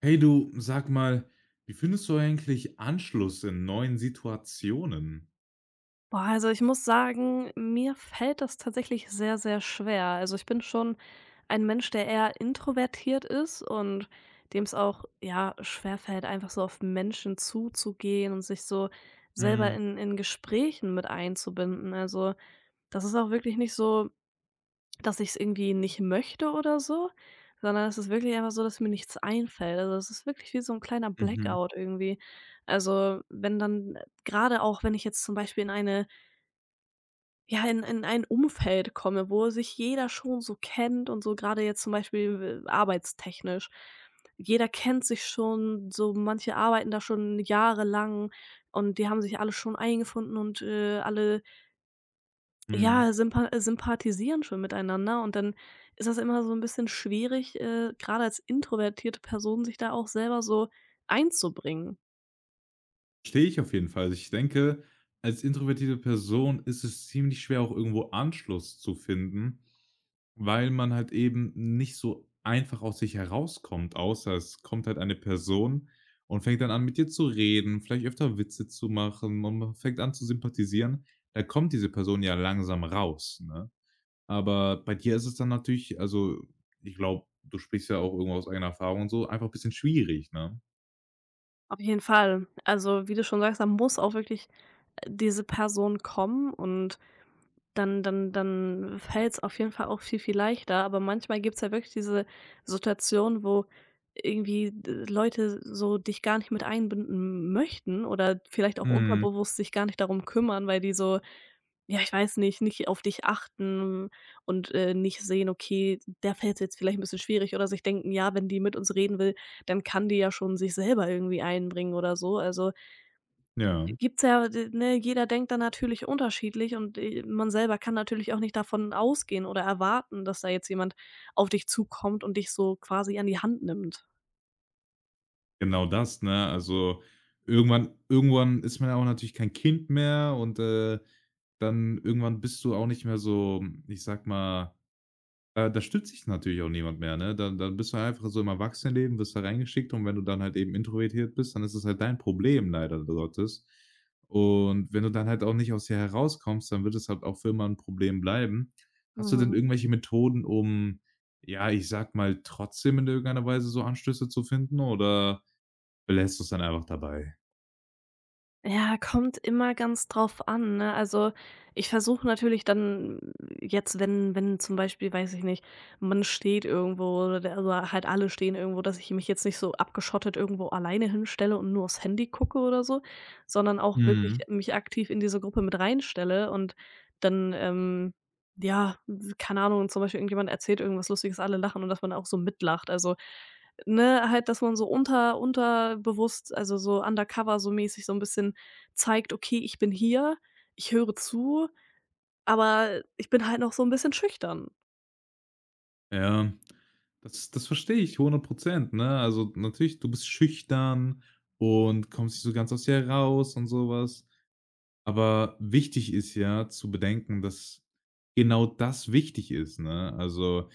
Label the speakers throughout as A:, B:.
A: Hey du, sag mal, wie findest du eigentlich Anschluss in neuen Situationen?
B: Boah, also ich muss sagen, mir fällt das tatsächlich sehr, sehr schwer. Also ich bin schon ein Mensch, der eher introvertiert ist und dem es auch, ja, schwer fällt, einfach so auf Menschen zuzugehen und sich so selber
A: Mhm.
B: in Gesprächen mit einzubinden. Also das ist auch wirklich nicht so, dass ich es irgendwie nicht möchte oder so, sondern es ist wirklich einfach so, dass mir nichts einfällt. Also es ist wirklich wie so ein kleiner
A: Mhm.
B: Blackout irgendwie. Also wenn dann, gerade auch wenn ich jetzt zum Beispiel in ein Umfeld komme, wo sich jeder schon so kennt und so gerade jetzt zum Beispiel w arbeitstechnisch. Jeder kennt sich schon, so manche arbeiten da schon jahrelang und die haben sich alle schon eingefunden und, alle,
A: Mhm.
B: ja, sympathisieren schon miteinander und dann ist das immer so ein bisschen schwierig, grade als introvertierte Person sich da auch selber so einzubringen.
A: Verstehe ich auf jeden Fall. Also, ich denke, als introvertierte Person ist es ziemlich schwer, auch irgendwo Anschluss zu finden, weil man halt eben nicht so einfach aus sich herauskommt, außer es kommt halt eine Person und fängt dann an, mit dir zu reden, vielleicht öfter Witze zu machen und man fängt an zu sympathisieren. Da kommt diese Person ja langsam raus, ne? Aber bei dir ist es dann natürlich also, ich glaube, du sprichst ja auch irgendwo aus eigener Erfahrung und so, einfach ein bisschen schwierig, ne?
B: Auf jeden Fall. Also, wie du schon sagst, da muss auch wirklich, diese Person kommen und dann fällt es auf jeden Fall auch viel, viel leichter. Aber manchmal gibt's ja wirklich diese Situation, wo irgendwie d Leute so dich gar nicht mit einbinden möchten oder vielleicht auch
A: Mhm.
B: unterbewusst sich gar nicht darum kümmern, weil die so, ja, ich weiß nicht, nicht auf dich achten und, nicht sehen: „Okay, der fällt jetzt vielleicht ein bisschen schwierig." Oder sich denken: „Ja, wenn die mit uns reden will, dann kann die ja schon sich selber irgendwie einbringen" oder so. Also
A: Ja,
B: gibt's ja d ne, jeder denkt da natürlich unterschiedlich und, man selber kann natürlich auch nicht davon ausgehen oder erwarten, dass da jetzt jemand auf dich zukommt und dich so quasi an die Hand nimmt.
A: genau das, ne? Also, irgendwann ist man ja auch natürlich kein Kind mehr und, dann irgendwann bist du auch nicht mehr so, ich sag mal. Da stützt sich natürlich auch niemand mehr, ne? Dann bist du halt einfach so im Erwachsenenleben, wirst da reingeschickt und wenn du dann halt eben introvertiert bist, dann ist es halt dein Problem leider Gottes. Und wenn du dann halt auch nicht aus dir herauskommst, dann wird es halt auch für immer ein Problem bleiben. Hast du denn
B: Mhm.
A: irgendwelche Methoden, um, ja, ich sag mal, trotzdem in irgendeiner Weise so Anstöße zu finden, oder belässt du es dann einfach dabei?
B: Ja, kommt immer ganz drauf an, ne? Also, ich versuche natürlich dann jetzt, wenn zum Beispiel, weiß ich nicht, man steht irgendwo oder der oder halt alle stehen irgendwo, dass ich mich jetzt nicht so abgeschottet irgendwo alleine hinstelle und nur aufs Handy gucke oder so, sondern auch wirklich
A: Mhm.
B: mich aktiv in diese Gruppe mit reinstelle und dann, ja, keine Ahnung, zum Beispiel irgendjemand erzählt irgendwas Lustiges, alle lachen und dass man auch so mitlacht. Also, ne, halt, dass man so unterbewusst, also so undercover so mäßig so ein bisschen zeigt: „Okay, ich bin hier, ich höre zu, aber ich bin halt noch so ein bisschen schüchtern."
A: Ja, das verstehe ich 100%, ne? Also, natürlich, du bist schüchtern und kommst nicht so ganz aus dir raus und sowas. Aber wichtig ist ja zu bedenken, dass genau das wichtig ist, ne? Also,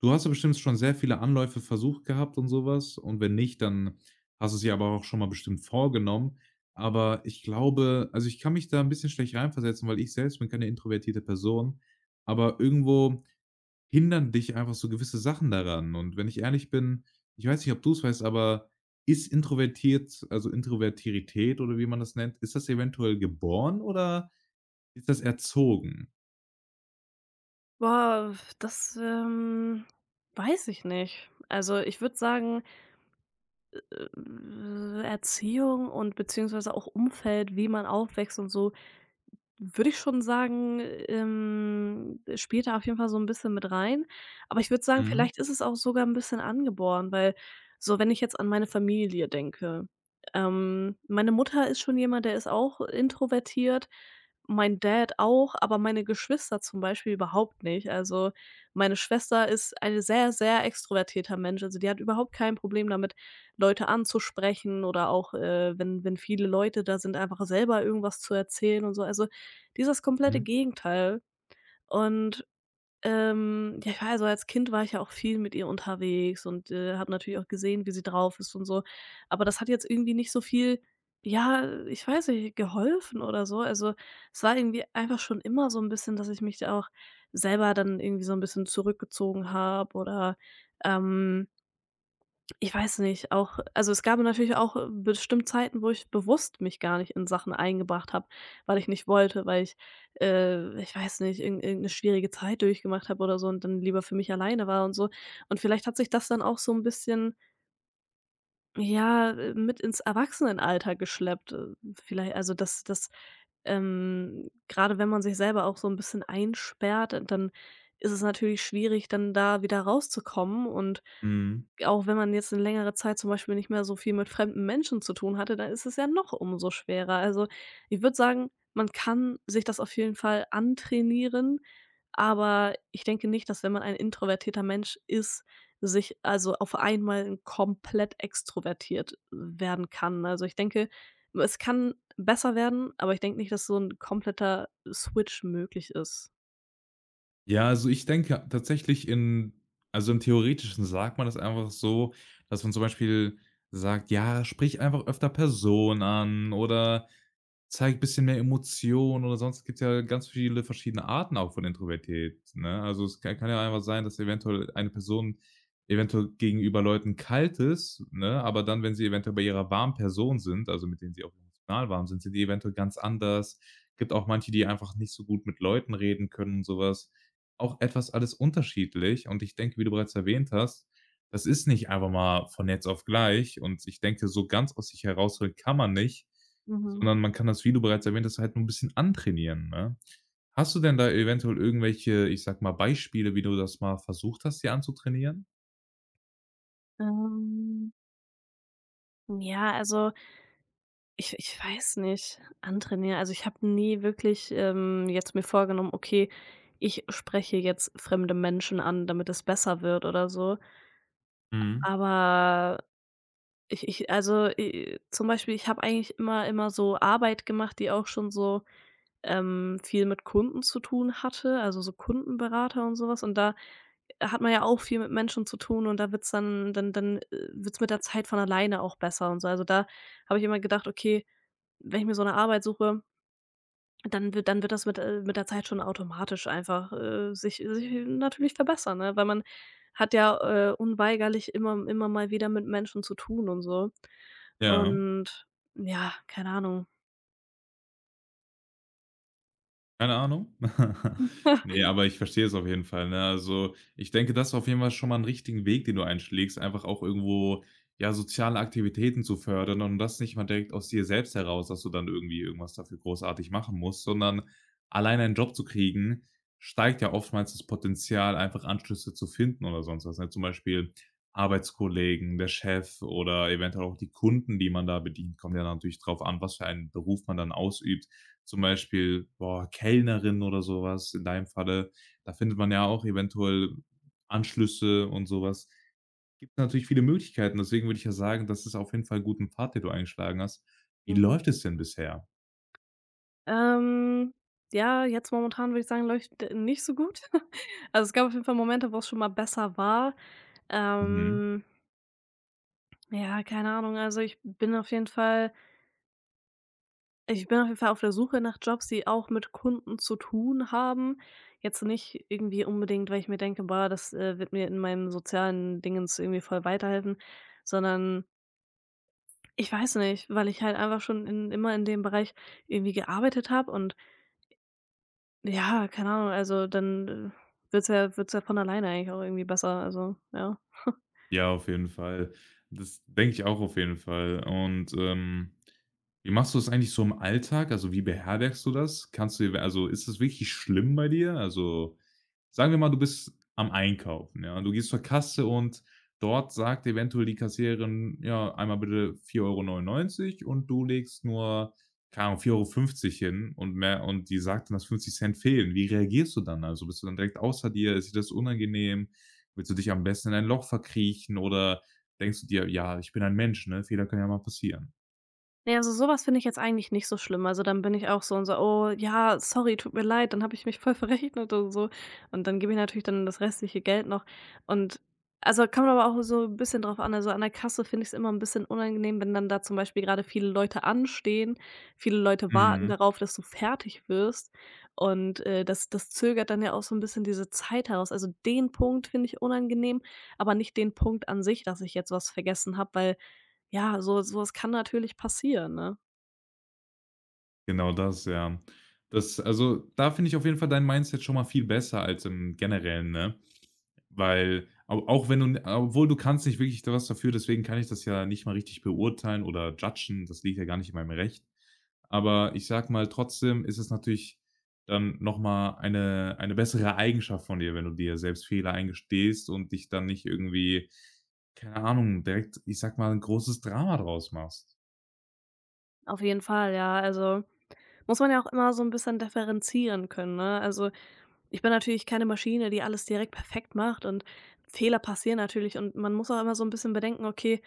A: du hast ja bestimmt schon sehr viele Anläufe versucht gehabt und sowas, und wenn nicht, dann hast du es ja aber auch schon mal bestimmt vorgenommen. Aber ich glaube also, ich kann mich da ein bisschen schlecht reinversetzen, weil ich selbst bin keine introvertierte Person, aber irgendwo hindern dich einfach so gewisse Sachen daran. Und wenn ich ehrlich bin, ich weiß nicht, ob du es weißt, aber ist introvertiert, also Introvertirität oder wie man das nennt, ist das eventuell geboren oder ist das erzogen?
B: Boah, das weiß ich nicht. Also, ich würde sagen, Erziehung und beziehungsweise auch Umfeld, wie man aufwächst und so würde ich schon sagen, spielt da auf jeden Fall so ein bisschen mit rein. Aber ich würde sagen,
A: Mhm,
B: vielleicht ist es auch sogar ein bisschen angeboren, weil so, wenn ich jetzt an meine Familie denke, meine Mutter ist schon jemand, der ist auch introvertiert, mein Dad auch, aber meine Geschwister zum Beispiel überhaupt nicht. Also, meine Schwester ist eine sehr, sehr extrovertierter Mensch. Also, die hat überhaupt kein Problem damit, Leute anzusprechen oder auch, wenn viele Leute da sind, einfach selber irgendwas zu erzählen und so. Also, dieses komplette
A: mhm.
B: Gegenteil. Und, ja, ich war ja so als Kind war ich ja auch viel mit ihr unterwegs und, habe natürlich auch gesehen, wie sie drauf ist und so. Aber das hat jetzt irgendwie nicht so viel, ja, ich weiß nicht, geholfen oder so. Also, es war irgendwie einfach schon immer so ein bisschen, dass ich mich da auch selber dann irgendwie so ein bisschen zurückgezogen habe oder, ähm ich weiß nicht, auch also, es gab natürlich auch bestimmt Zeiten, wo ich bewusst mich gar nicht in Sachen eingebracht habe, weil ich nicht wollte, weil ich, ich weiß nicht, irgend 'ne schwierige Zeit durchgemacht habe oder so und dann lieber für mich alleine war und so. Und vielleicht hat sich das dann auch so ein bisschen, ja, mit ins Erwachsenenalter geschleppt. Vielei also, dass das grade wenn man sich selber auch so ein bisschen einsperrt, dann ist es natürlich schwierig, dann da wieder rauszukommen und
A: Mhm.
B: auch wenn man jetzt eine längere Zeit zum Beispiel nicht mehr so viel mit fremden Menschen zu tun hatte, dann ist es ja noch umso schwerer. Also, ich würde sagen, man kann sich das auf jeden Fall antrainieren, aber ich denke nicht, dass wenn man ein introvertierter Mensch ist, sich also auf einmal komplett extrovertiert werden kann. Also, ich denke, es kann besser werden, aber ich denke nicht, dass so ein kompletter Switch möglich ist.
A: Ja, also ich denke tatsächlich, in also im Theoretischen sagt man das einfach so, dass man zum Beispiel sagt: „Ja, sprich einfach öfter Personen an“ oder zeig bisschen mehr Emotionen, oder sonst gibt's ja ganz viele verschiedene Arten auch von Introvertiert, ne? Also, es ka kann ja einfach sein, dass eventuell eine Person eventuell gegenüber Leuten kalt ist, ne, aber dann, wenn sie eventuell bei ihrer warmen Person sind, also, mit denen sie auch emotional warm sind, sind die eventuell ganz anders. Gibt auch manche, die einfach nicht so gut mit Leuten reden können und sowas. Auch etwas alles unterschiedlich, und ich denke, wie du bereits erwähnt hast, das ist nicht einfach mal von jetzt auf gleich und ich denke, so ganz aus sich herausholen kann man nicht.
B: Mhm.
A: Sondern man kann das, wie du bereits erwähnt hast, halt nur ein bisschen antrainieren, ne? Hast du denn da eventuell irgendwelche, ich sag mal, Beispiele, wie du das mal versucht hast, dir anzutrainieren?
B: Ähm, ja, also ich weiß nicht, antrainieren. Also, ich habe nie wirklich, jetzt mir vorgenommen: „Okay, ich spreche jetzt fremde Menschen an, damit es besser wird", oder so.
A: Mhm.
B: Aber ich also, zum Beispiel, ich habe eigentlich immer so Arbeit gemacht, die auch schon so viel mit Kunden zu tun hatte, also so Kundenberater und sowas. Und da hat man ja auch viel mit Menschen zu tun und da wird's dann, wird's mit der Zeit von alleine auch besser und so. Also, da habe ich immer gedacht: „Okay, wenn ich mir so eine Arbeit suche, dann wird das mit der Zeit schon automatisch einfach, sich natürlich verbessern", ne? Weil man hat ja, unweigerlich immer mal wieder mit Menschen zu tun und so.
A: Ja.
B: Und ja, keine Ahnung.
A: Keine Ahnung. Ne, aber ich verstehe es auf jeden Fall, ne? Also, ich denke, das ist auf jeden Fall schon mal einen richtigen Weg, den du einschlägst, einfach auch irgendwo, ja, soziale Aktivitäten zu fördern und das nicht mal direkt aus dir selbst heraus, dass du dann irgendwie irgendwas dafür großartig machen musst, sondern allein einen Job zu kriegen, steigt ja oftmals das Potenzial, einfach Anschlüsse zu finden oder sonst was, ne? Zum Beispiel Arbeitskollegen, der Chef oder eventuell auch die Kunden, die man da bedient, kommt ja natürlich drauf an, was für einen Beruf man dann ausübt. Zum Beispiel, boah, Kellnerin oder sowas in deinem Falle. Da findet man ja auch eventuell Anschlüsse und sowas. Gibt natürlich viele Möglichkeiten, deswegen würde ich ja sagen, das ist auf jeden Fall 'n guten Pfad, den du eingeschlagen hast. Wie
B: Mhm.
A: läuft es denn bisher?
B: Ähm, ja, jetzt momentan würde ich sagen, läuft nicht so gut. Also, es gab auf jeden Fall Momente, wo es schon mal besser war.
A: Mhm.
B: Ähm, ja, keine Ahnung, also, ich bin auf jeden Fall ich bin auf jeden Fall auf der Suche nach Jobs, die auch mit Kunden zu tun haben. Jetzt nicht irgendwie unbedingt, weil ich mir denke: „Boah, das, wird mir in meinem sozialen Dingens irgendwie voll weiterhelfen", sondern ich weiß nicht, weil ich halt einfach schon in immer in dem Bereich irgendwie gearbeitet habe und ja, keine Ahnung, also dann, wird's ja von alleine eigentlich auch irgendwie besser, also ja.
A: Ja, auf jeden Fall. Das denke ich auch auf jeden Fall. Und, wie machst du das eigentlich so im Alltag? Also, wie beherbergst du das? Kannst du, also, ist das wirklich schlimm bei dir? Also, sagen wir mal, du bist am Einkaufen, ja? Du gehst zur Kasse und dort sagt eventuell die Kassiererin: „Ja, einmal bitte 4,99 €“, und du legst nur, keine Ahnung, 4,50 € hin und mehr, und die sagt dann, dass 50 Cent fehlen. Wie reagierst du dann? Also, bist du dann direkt außer dir? Ist dir das unangenehm? Willst du dich am besten in ein Loch verkriechen oder denkst du dir: „Ja, ich bin ein Mensch, ne? Fehler können ja mal passieren.“
B: Ne, also sowas finde ich jetzt eigentlich nicht so schlimm. Also, dann bin ich auch so und so: „Oh ja, sorry, tut mir leid, dann habe ich mich voll verrechnet und so." Und dann gebe ich natürlich dann das restliche Geld noch und also, kommt aber auch so ein bisschen drauf an. Also, an der Kasse finde ich es immer ein bisschen unangenehm, wenn dann da zum Beispiel gerade viele Leute anstehen, viele Leute warten
A: Mhm.
B: darauf, dass du fertig wirst und, das zögert dann ja auch so ein bisschen diese Zeit heraus. Also, den Punkt finde ich unangenehm, aber nicht den Punkt an sich, dass ich jetzt was vergessen habe, weil ja, so was kann natürlich passieren, ne?
A: Genau das, ja. Das, also, da finde ich auf jeden Fall dein Mindset schon mal viel besser als im Generellen, ne? Weil au auch wenn du, obwohl du kannst nicht wirklich da was dafür, deswegen kann ich das ja nicht mal richtig beurteilen oder judgen, das liegt ja gar nicht in meinem Recht. Aber ich sag mal, trotzdem ist es natürlich dann noch mal eine bessere Eigenschaft von dir, wenn du dir selbst Fehler eingestehst und dich dann nicht irgendwie, keine Ahnung, direkt, ich sag mal, ein großes Drama draus machst.
B: Auf jeden Fall, ja. Also, muss man ja auch immer so 'n bisschen differenzieren können, ne? Also, ich bin natürlich keine Maschine, die alles direkt perfekt macht und Fehler passieren natürlich und man muss auch immer so 'n bisschen bedenken: „Okay,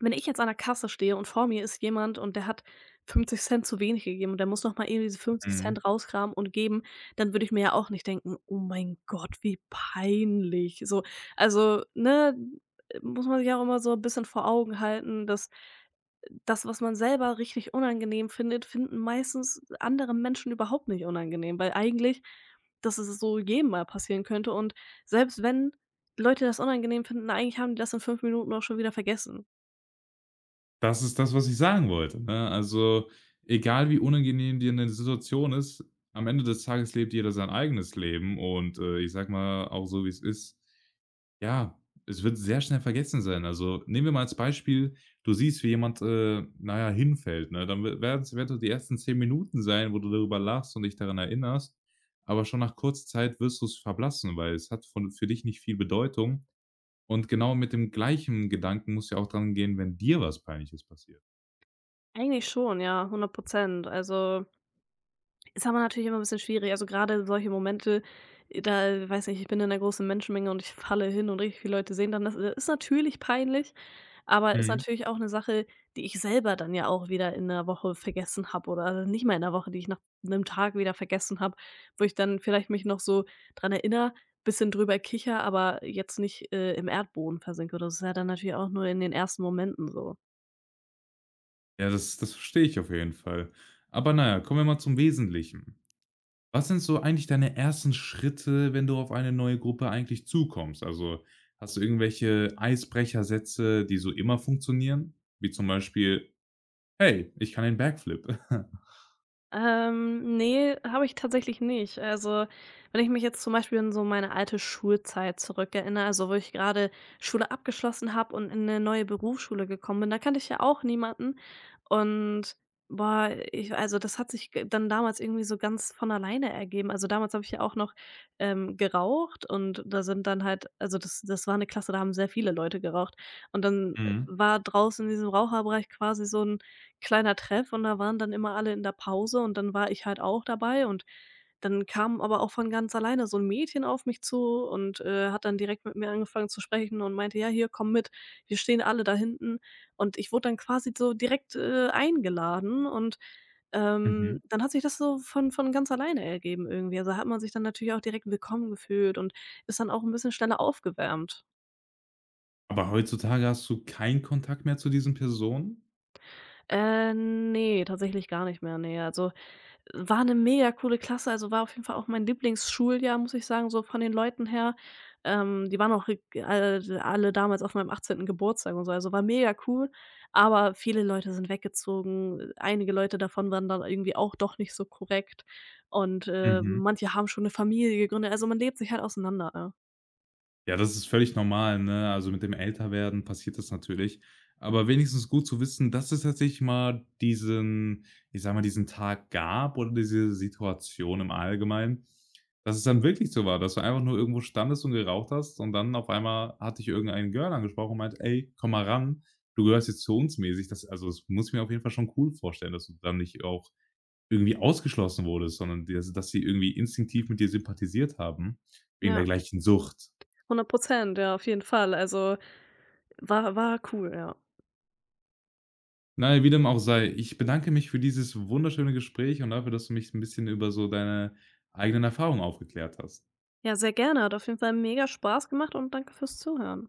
B: wenn ich jetzt an der Kasse stehe und vor mir ist jemand und der hat 50 zu wenig gegeben und der muss noch mal eben diese 50
A: Mhm.
B: rauskramen und geben", dann würde ich mir ja auch nicht denken: „Oh mein Gott, wie peinlich", so. Also, ne, muss man sich auch immer so 'n bisschen vor Augen halten, dass das, was man selber richtig unangenehm findet, finden meistens andere Menschen überhaupt nicht unangenehm, weil eigentlich dass es so jedem mal passieren könnte und selbst wenn Leute das unangenehm finden, eigentlich haben die das in 5 Minuten auch schon wieder vergessen.
A: Das ist das, was ich sagen wollte, ne? Also, egal wie unangenehm dir 'ne Situation ist, am Ende des Tages lebt jeder sein eigenes Leben und, ich sage mal auch so, wie's ist, ja, es wird sehr schnell vergessen sein. Also, nehmen wir mal als Beispiel, du siehst, wie jemand, na ja, hinfällt, ne? Dann we werden's eventuell die ersten 10 Minuten sein, wo du darüber lachst und dich daran erinnerst, aber schon nach kurzer Zeit wirst du's verblassen, weil es hat von für dich nicht viel Bedeutung, und genau mit dem gleichen Gedanken musst du ja auch dran gehen, wenn dir was Peinliches passiert.
B: Eigentlich schon, ja, 100%. Also, ist aber natürlich immer ein bisschen schwierig. Also, gerade solche Momente, da weiß nicht, ich bin in einer großen Menschenmenge und ich falle hin und richtig viele Leute sehen dann das, ist natürlich peinlich, aber ist
A: Mhm.
B: natürlich auch eine Sache, die ich selber dann ja auch wieder in der Woche vergessen habe oder also, nicht mal in der Woche, die ich nach einem Tag wieder vergessen habe, wo ich dann vielleicht mich noch so dran erinnere, bisschen drüber kicher, aber jetzt nicht, im Erdboden versinke oder so. Das ist ja dann natürlich auch nur in den ersten Momenten so.
A: Ja, das verstehe ich auf jeden Fall. Aber naja, kommen wir mal zum Wesentlichen. Was sind so eigentlich deine ersten Schritte, wenn du auf eine neue Gruppe eigentlich zukommst? Also, hast du irgendwelche Eisbrechersätze, die so immer funktionieren? Wie zum Beispiel: „Hey, ich kann den Backflip.“
B: Ne, habe ich tatsächlich nicht. Also, wenn ich mich jetzt zum Beispiel an so meine alte Schulzeit zurückerinnere, also, wo ich gerade Schule abgeschlossen habe und in eine neue Berufsschule gekommen bin, da kannte ich ja auch niemanden. Und, boah, ich also, das hat sich g dann damals irgendwie so ganz von alleine ergeben. Also, damals habe ich ja auch noch, geraucht und da sind dann halt also, das war eine Klasse, da haben sehr viele Leute geraucht. Und dann
A: Mhm,
B: war draußen in diesem Raucherbereich quasi so ein kleiner Treff und da waren dann immer alle in der Pause und dann war ich halt auch dabei und dann kam aber auch von ganz alleine so ein Mädchen auf mich zu und, hat dann direkt mit mir angefangen zu sprechen und meinte: „Ja, hier, komm mit, wir stehen alle da hinten." Und ich wurde dann quasi so direkt, eingeladen und,
A: mhm.
B: dann hat sich das so von ganz alleine ergeben irgendwie. Also, hat man sich dann natürlich auch direkt willkommen gefühlt und ist dann auch ein bisschen schneller aufgewärmt.
A: Aber heutzutage hast du keinen Kontakt mehr zu diesen Personen?
B: Ne, tatsächlich gar nicht mehr, ne. Also war 'ne mega coole Klasse, also, war auf jeden Fall auch mein Lieblingsschuljahr, muss ich sagen, so von den Leuten her. Die waren auch ri alle damals auf meinem 18. Geburtstag und so, also, war mega cool, aber viele Leute sind weggezogen. Einige Leute davon waren dann irgendwie auch doch nicht so korrekt und,
A: Mhm.
B: manche haben schon 'ne Familie gegründet. Also, man lebt sich halt auseinander, ja.
A: Ja, das ist völlig normal, ne? Also, mit dem Älterwerden passiert das natürlich. Aber wenigstens gut zu wissen, dass es tatsächlich mal diesen, ich sage mal, diesen Tag gab oder diese Situation im Allgemeinen, dass es dann wirklich so war, dass du einfach nur irgendwo standest und geraucht hast und dann auf einmal hat dich irgendein Girl angesprochen und meinte: „Ey, komm mal ran, du gehörst jetzt zu uns“, mäßig. Das, also, das muss ich mir auf jeden Fall schon cool vorstellen, dass du dann nicht auch irgendwie ausgeschlossen wurdest, sondern dir, dass sie irgendwie instinktiv mit dir sympathisiert haben wegen der
B: Ja,
A: gleichen Sucht.
B: 100%, ja, auf jeden Fall. Also, war cool, ja.
A: Na ja, wie dem auch sei, ich bedanke mich für dieses wunderschöne Gespräch und dafür, dass du mich ein bisschen über so deine eigenen Erfahrungen aufgeklärt hast.
B: Ja, sehr gerne, hat auf jeden Fall mega Spaß gemacht und danke fürs Zuhören.